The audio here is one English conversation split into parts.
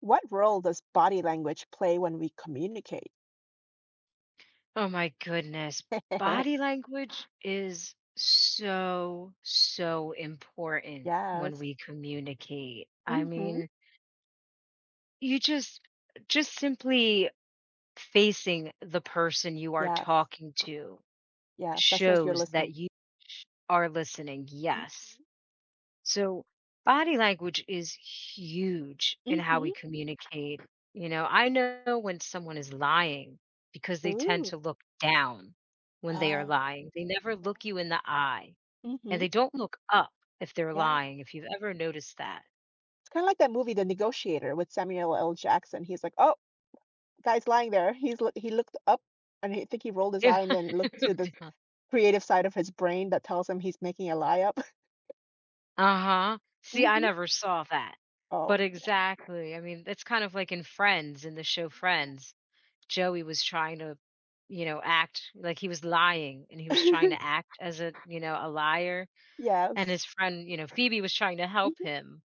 What role does body language play when we communicate? Oh my goodness. Body language is so, so important when Yes. we communicate. I Mhm. mean, you just simply facing the person you are Yes. talking to Yes, that shows you're shows that listening. you are listening. Yes. Mhm. So, body language is huge in how we Mhm. communicate. You know, I know when someone is lying because they tend to Ooh. look down when they are Oh, lying. They never look you yes. in the eye and Mhm. they don't look up if they're Yes. lying, if you've ever noticed that. It's kinda like that movie, The Negotiator, with Samuel L. Jackson. He's like, "Oh, guy's lying there." He's loo he looked up, and I think he rolled his eye and then looked to the creative side of his brain that tells him he's making a lie up. Uh huh. See, I Mhm. never saw that. Oh, But yeah. exactly. I mean, it's kind of like in Friends, in the show Friends. Joey was trying to, act like he was lying and he was Yes. trying to act as a liar. And Yes. his friend, Phoebe was trying to help Mhm. him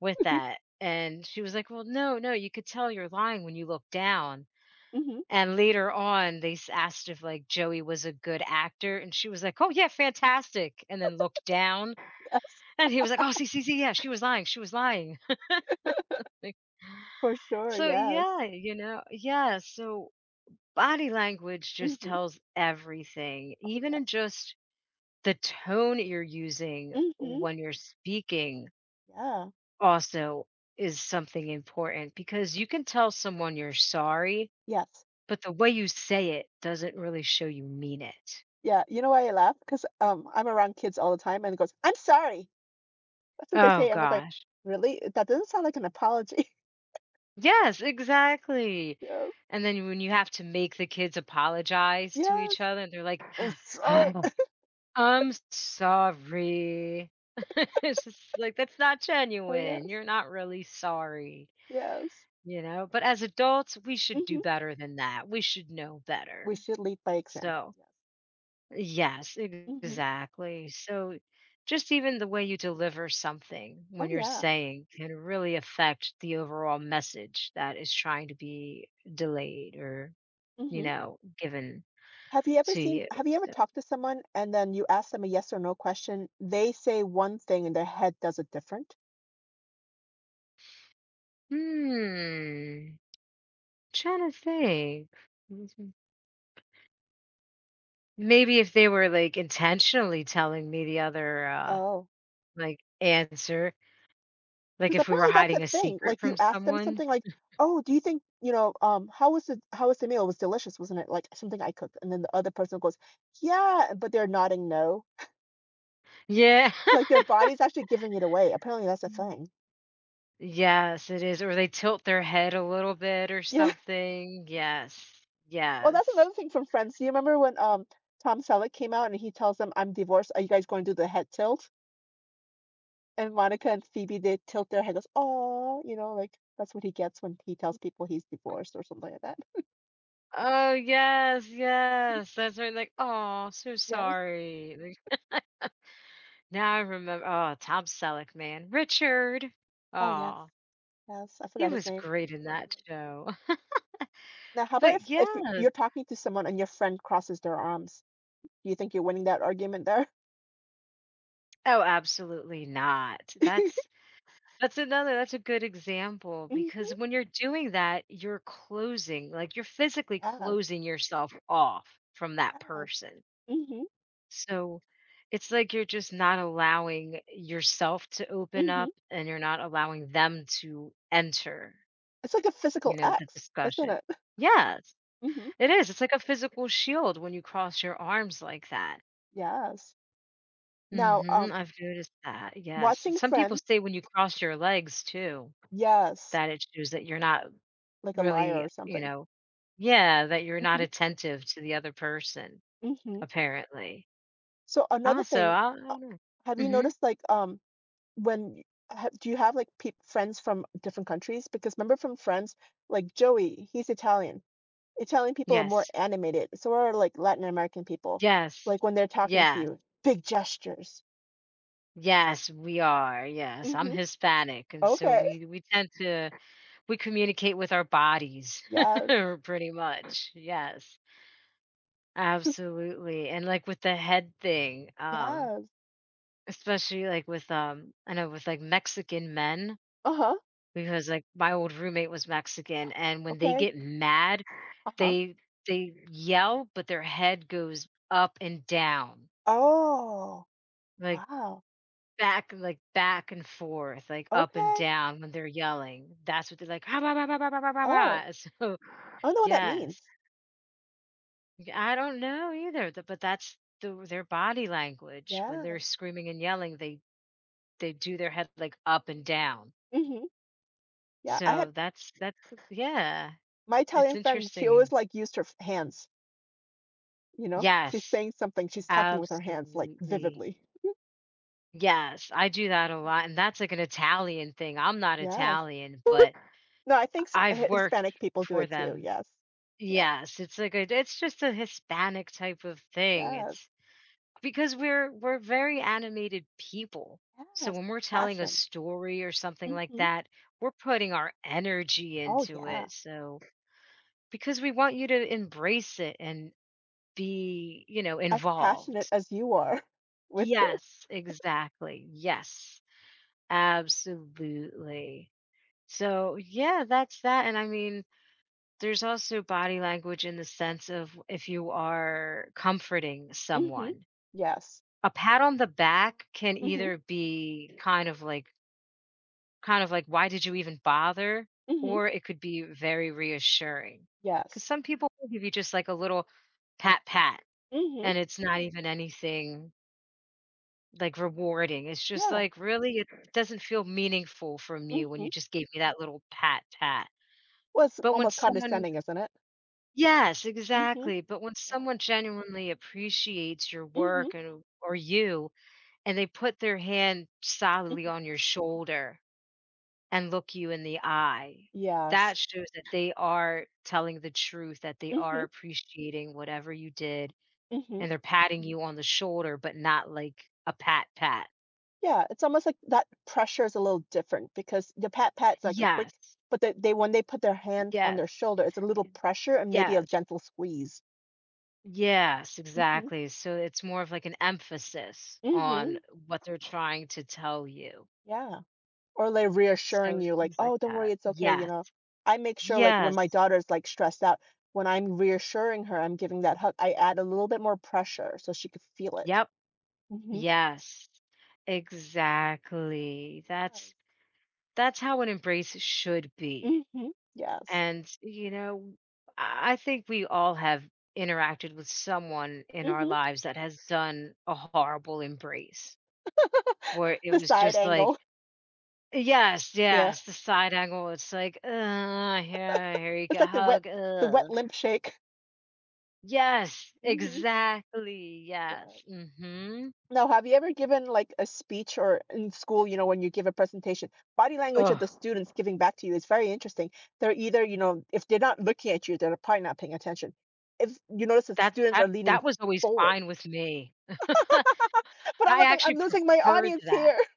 with Mhm. that. And she was like, "Well, no, no, you could tell you're lying when you look down." Mhm. And later on, they asked if like Joey was a good actor. And she was like, "Oh, yeah, fantastic." And then looked down. Yes, And he was like, "Oh, see, see, see, yeah, she was lying. She was lying." Like, for sure. so, Yes. Yeah. So, body language just Mhm. tells everything, Oh, even yes. in just the tone you're using Mhm. when you're speaking, Yeah. also is something important because you can tell someone you're sorry, Yes. but the way you say it doesn't really show you mean it. Yeah. You know why I laugh? Because I'm around kids all the time, and it goes, "I'm sorry." That's what they Oh say. I'm like, gosh. really? That doesn't sound like an apology. Yes, exactly. Yes. And then when you have to make the kids apologize to Yes. each other, and they're like, I'm sorry. I'm sorry. It's just like, that's not Oh, yes. genuine. You're not really sorry, Yes. you know? But as adults, we should do Mhm. better than that. We should know We better. should lead by example. So, Yes. yes, Mhm. exactly. So, just even the way you deliver something Oh, when you're yeah. saying can really affect the overall message that is trying to be delayed or, you Mhm. know, given Have you ever to seen? you. Have you ever So. talked to someone and then you ask them a yes or no question? They say one thing, and their head does it different. hmm. Trying to think. Mhm. Maybe if they were, like, intentionally telling me the other, Oh. like, answer, like, 'Cause if we were apparently that's a hiding a thing, secret like, from you ask them someone. something like, "Oh, do you think" "How was the meal? It was delicious, wasn't it?" Like, something I cooked, and then the other person goes, "Yeah," but they're nodding no. Yeah. Like, their body's actually giving it away, apparently that's a Mm. thing. Yes, it is, or they tilt their head a little bit or Yeah. something. Yes, Well, that's yes. another thing from Friends. Do you remember when, Tom Selleck came out and he tells them, "I'm divorced, are you guys going to do the head tilt?" And Monica and Phoebe, they tilt their head, goes, "Aw," you know, like, that's what he gets when he tells people he's divorced or something like that. Oh, yes, yes, that's right, like, oh, so Yes. sorry." Like, now I remember oh, Tom Selleck, man. Richard. Oh, yes. Oh, Yes, I he forgot his was name, but great in that's what he that is. Yeah. show. Now, how about But if yes. you're talking to someone and your friend crosses their arms? Do you think you're winning that argument there? Oh, absolutely not. That's a good example because Hmm. when you're doing that, you're closing, like you're physically Yes. closing yourself off from that Yes. person. Hmm. So it's like you're just not allowing yourself to open up Hmm. and you're not allowing them to enter, It's like a you physical know, the X, isn't discussion. it? Yes, Hmm. it is. It's like a physical shield when you cross your arms like that. Yes. Now, Mm-hmm. I've noticed that. Yes. watching Some people Friends, say when you cross your legs too. yes, That it shows that you're not like a liar really, or you something. know Yeah, that you're not Hmm. attentive to the other person, Hmm. apparently. So another Also, thing, I uh, don't know. have you Mhm. noticed like when y ha do you have, like, peop friends from different countries? Because remember from Friends, like, Joey, he's Italian. Italian people are more Yes. animated, so are, like, Latin American people. Yes. Like, when they're talking to Yes. you, big gestures. Yes, we are, yes. I'm Mhm. Hispanic, and so Okay. We tend to we communicate with our bodies Yes. pretty much, yes. 'Cause Absolutely, and, like, with the head thing, yes. especially, like, with, I know with, like, Mexican men. Uh-huh. Because, like, my old roommate was Mexican, and when they Okay. get mad, Uh-huh. they they yell, but their head goes up and down, Oh, like, wow. back and forth, like, up and Okay. down when they're yelling. That's what they're like, "Ah, bah, bah, bah, bah, bah, bah, bah, Oh, bah." So, I don't know what that yes. means. I don't know either, th but that's their body language. When they're Yes. screaming and yelling, they do their head, like, up and down. Mhm. Yeah, I had So that's yeah, my it's Italian friend, she interesting. always, like, used her f hands. You know, she's Yes. saying something, she's talking with her hands, like, Absolutely. vividly. Yes, I do that a lot, and that's like an Italian thing. I'm not Yes. Italian, but No, I think s Hi I've worked Hispanic people do for it too, them. yes. Yes, Yes, it's like a it's just a Hispanic type of thing. yes, It's because we're very animated people. So yes, when we're telling a passion. story or something like Mhm. that, we're putting our energy Oh, into yeah. it. So because we want you to embrace it and be, As passionate involved. as you are with it. Yes, exactly. Yes. Absolutely. So, yeah, that's that. And I mean, there's also body language in the sense of if you are comforting Mhm. someone, Yes. a pat on the back can Mhm, either be kind of like, why did you even bother? mhm, Or it could be very reassuring. Because yes. some people will give you just like a little pat, pat, Mhm, and it's not even anything like, rewarding, it's just, yeah, like, really it doesn't feel meaningful from you when you mhm. just gave me that little pat, pat. Well, it's But when almost someone condescending, isn't it? Yes, Mhm, exactly, but when yeah. someone genuinely appreciates your Mhm, work and or you, and they put their hand solidly mhm. on your shoulder and look you in the eye, Yes. that shows that they are telling the truth, that they are Mhm, appreciating whatever you did, mhm. and they're patting you on the shoulder, but not like a pat, pat. Yeah, it's almost like that pressure is a little different because the pat pat's like a quick, Yes, but they when they put their hands on their yes. shoulder, it's a little pressure and maybe a Yes. gentle squeeze. Yes, Hmm. exactly. So it's more of like an emphasis on Hmm. what they're trying to tell you. Yeah. Or they're reassuring So you, like, things like oh, don't worry, that. it's okay, you Yes. know. I make sure like when my Yes. daughter's like stressed out, when I'm reassuring her, I'm giving that hug, I add a little bit more pressure so she could feel it. Yep. Hmm. Yes. Exactly. Yes. That's how an embrace should be. Hmm. Yes. And you know, I think we all have interacted with someone in our Hmm. lives that has done a horrible embrace where it The was side just like angle. Yes, Yeah. yes, the side angle, it's like, yeah, here you go, It's like hug, the wet ugh." limp shake. Yes, Hmm. exactly, Yeah. yes, mhm. Now, have you ever given like a speech or in school, you know, when you give a presentation, body language of Oh, the students giving back to you is very interesting. They're either, you know, if they're not looking at you, they're probably not paying attention. If you notice that that students that are leaning that was always forward, fine with me. I but I'm not like, actually I'm losing my preferred audience that. here.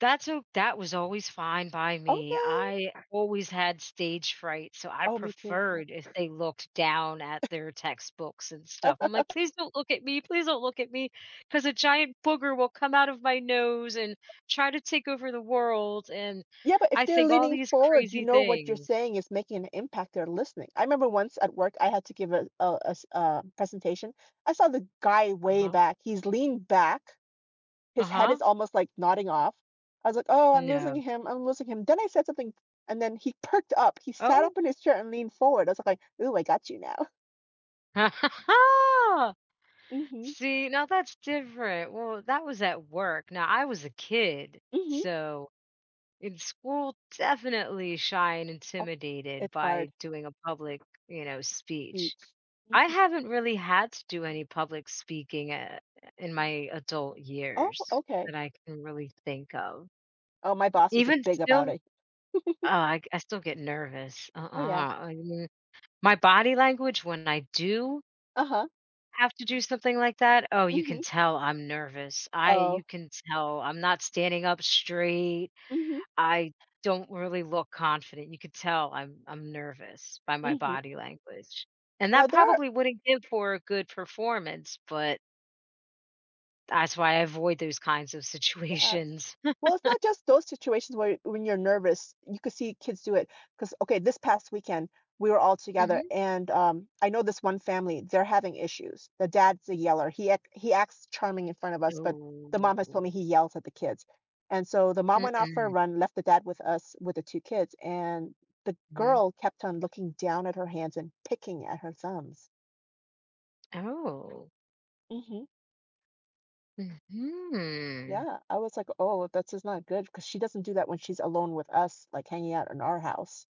That was always fine by me. Okay. I always had stage fright, so I Oh, me too. Yeah. preferred if they looked down at their textbooks and stuff. I'm like, "Please don't look at me, please don't look at me, because a giant booger will come out of my nose and try to take over the world," and Yeah, but if I they're think all leaning these forward, you crazy know what you're things. saying is making an impact. They're listening. I remember once at work, I had to give a a presentation. I saw the guy way Uh-huh. back. He's leaned back. His head Uh-huh. is almost, like, nodding off. I was like, "Oh, I'm losing No. him, I'm losing him." Then I said something, and then he perked up. He sat Oh. up in his chair and leaned forward. I was like, "Ooh, I got you now." Mhm, See, now that's different. Well, that was at work. Now I was a kid, mhm. so in school, definitely shy and Oh, intimidated it's hard. by doing a public, speech. Speech. I Mhm. haven't really had to do any public speaking in my adult Oh, years okay. that I can really think of. Oh, my boss was, a Even big about still, it. I still get nervous. Uh-uh. "Oh, yeah. I mean, my body language when I do Uh-huh. have to do something like that, oh, you can Mhm. tell I'm nervous. I you Oh. can tell I'm not standing up straight. Mhm, I don't really look confident. You could tell I'm nervous by my mhm. body language. And Now that there. probably wouldn't give for a good performance, but that's why I avoid those kinds of Yes. situations. Well, it's not just those situations where when you're nervous, you could see kids do it. Because, okay, this past weekend, we were all together, Mhm. and I know this one family, they're having issues. The dad's a yeller. He acts charming in front of us, but the Ooh. mom has told me he yells at the kids. And so the mom went out for a Mm-mm. run, left the dad with us with the two kids, and the Mhm. girl kept on looking down at her hands and picking at her thumbs. Oh. Mhm. Yeah, I was like, "Oh, this is not good because she doesn't do that when she's alone with us, like, hanging out in our house.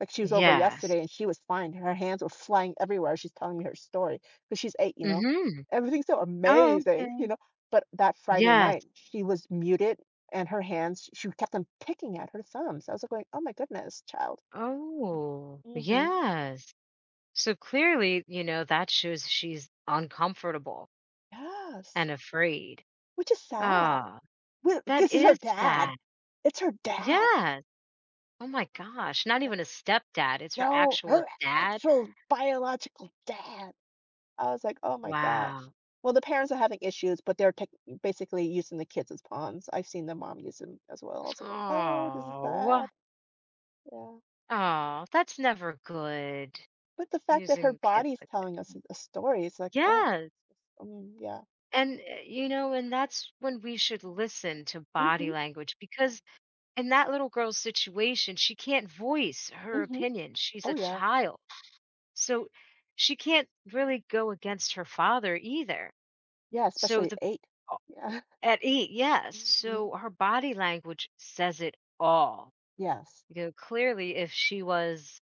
Like, she was over Yes. yesterday, and she was fine, her hands were flying everywhere she's telling me her story, 'cause she's 8, you know? Mhm. Everything's so Oh, amazing, you okay. know? But that Friday night, Yes. she was muted, and her hands she kept on picking at her thumbs. I was, like, going, "Oh my goodness, child." Oh, Mhm. yes. So clearly, that shows she's uncomfortable Yes. and afraid. Which is sad. Ah. Well, That 'cause it's her is dad. sad. It's her dad. Yes. Oh my gosh. Not even a stepdad. It's her No, actual her dad. actual biological dad. I was like, "Oh my gosh." Wow. Well, the parents are having issues, but they're tech basically using the kids as pawns. I've seen the mom use them as well. I was like, "Oh, this is Oh. sad." Yeah. Oh, that's never good But the fact that her using kids body's like that. telling us a story is like, oh, Yes. it's just- yeah. And that's when we should listen to body Mhm. language Yeah. because in that little girl's situation, she can't voice her Mhm. opinion. She's Oh, a yeah. child. So she can't really go against her father either. Yeah, So especially at the 8. Yeah. At 8, yes. Mhm. So her body language says it all. Yes. You know, clearly, if she was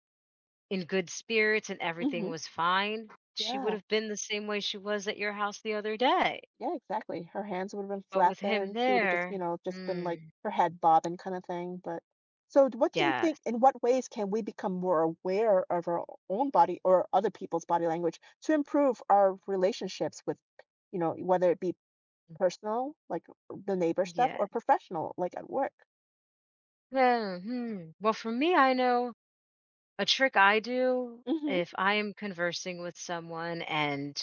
in good spirits and everything Mhm. was fine, she would Yeah. have been the same way she was at your house the other day. Yeah, exactly. Her hands would have been But with him flapping. She would have just, you there, know, just been like mm, her head bobbing kind of thing. But so, what do you think? yes, In what ways can we become more aware of our own body or other people's body language to improve our relationships with, you know, whether it be personal, like the neighbor stuff, yes. or professional, like at work? Mhm. Well, for me, I know a trick I do Mm-hmm. if I am conversing with someone and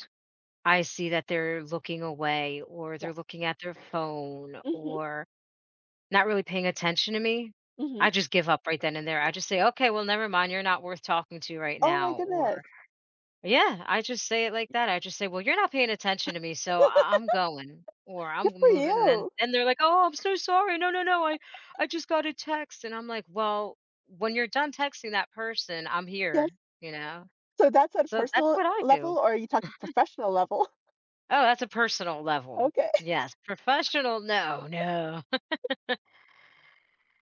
I see that they're looking away or they're Yes. looking at their phone Mm-hmm. or not really paying attention to me, Mm-hmm. I just give up right then and there. I just say, "Okay, well, never mind. You're not worth talking to right Oh my now." Or goodness. yeah, I just say it like that. I just say, "Well, you're not paying attention to me, so I'm going." Or I'm Good for moving, and then you. and they're like, "Oh, I'm so sorry. No, no, no. I just got a text," and I'm like, "Well, when you're done texting that person, I'm Yes. here." You know, So that's at a so that's personal what I do. level, or are you talking professional level? Oh, that's a personal level. Okay. Yes, professional. No, no.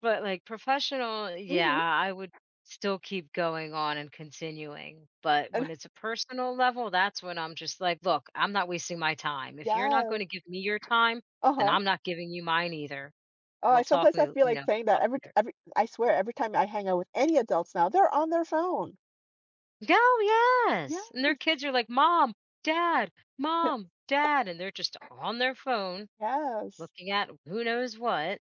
But, like, professional, yeah, Mm-hmm. I would still keep going on and continuing, but when it's a personal level, that's when I'm just like, "Look, I'm not wasting my time. If you're not Yes. gonna give me your time, then Uh-huh. I'm not giving you mine either. Oh, I We'll talk sometimes to you I feel know, like saying we'll that talk every later." every I swear every time I hang out with any adults now, they're on their phone. No, Yes. yes, and their kids are like, "Mom, Dad, ye- Mom, Dad," and they're just on their phone Yes. looking at who knows what,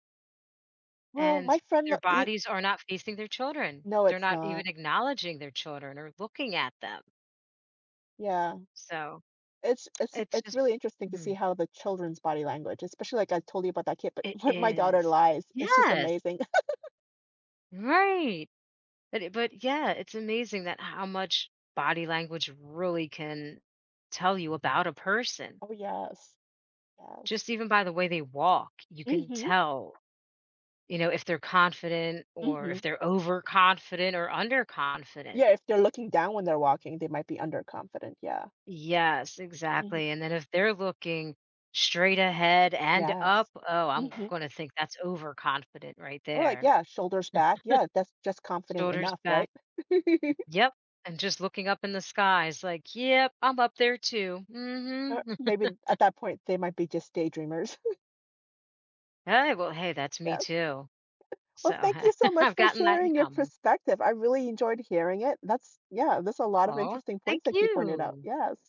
Well, and my friend their lo- it, bodies are not facing their children. no, They're it's not not. even acknowledging their children or looking at them. Yeah. So, It's it's it's it's really just. interesting to see Mhm. how the children's body language, especially like I told you about that kid, but It when my daughter is. lies, it's just Yes, amazing. right. But, yeah, it's amazing that how much body language really can tell you about a person. Oh, yes. Yes. Just even by the way they walk, you can Mhm. tell, if they're confident or Mhm. if they're overconfident or underconfident. Yeah, if they're looking down when they're walking, they might be underconfident. Yeah. Yes, Mhm. exactly, and then if they're looking straight ahead and up, Yes. oh, I'm Mhm. gonna think that's overconfident right Or like, there. yeah, shoulders back. Yeah, that's just confident Shoulders enough, back. right? Yep. And just looking up in the skies, like, yep, I'm up there too. Or Mm-hmm. maybe at that point, they might be just daydreamers. Hey, well, hey, that's me Yes. too. Well, So thank you so much I've for gotten that in sharing your common. perspective. I really enjoyed hearing it. That's, yeah, there's a lot of Oh, interesting thank points that you pointed out. you. Yes.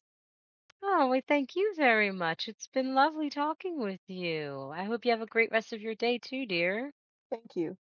Oh, well, thank you very much. It's been lovely talking with you. I hope you have a great rest of your day too, dear. Thank you.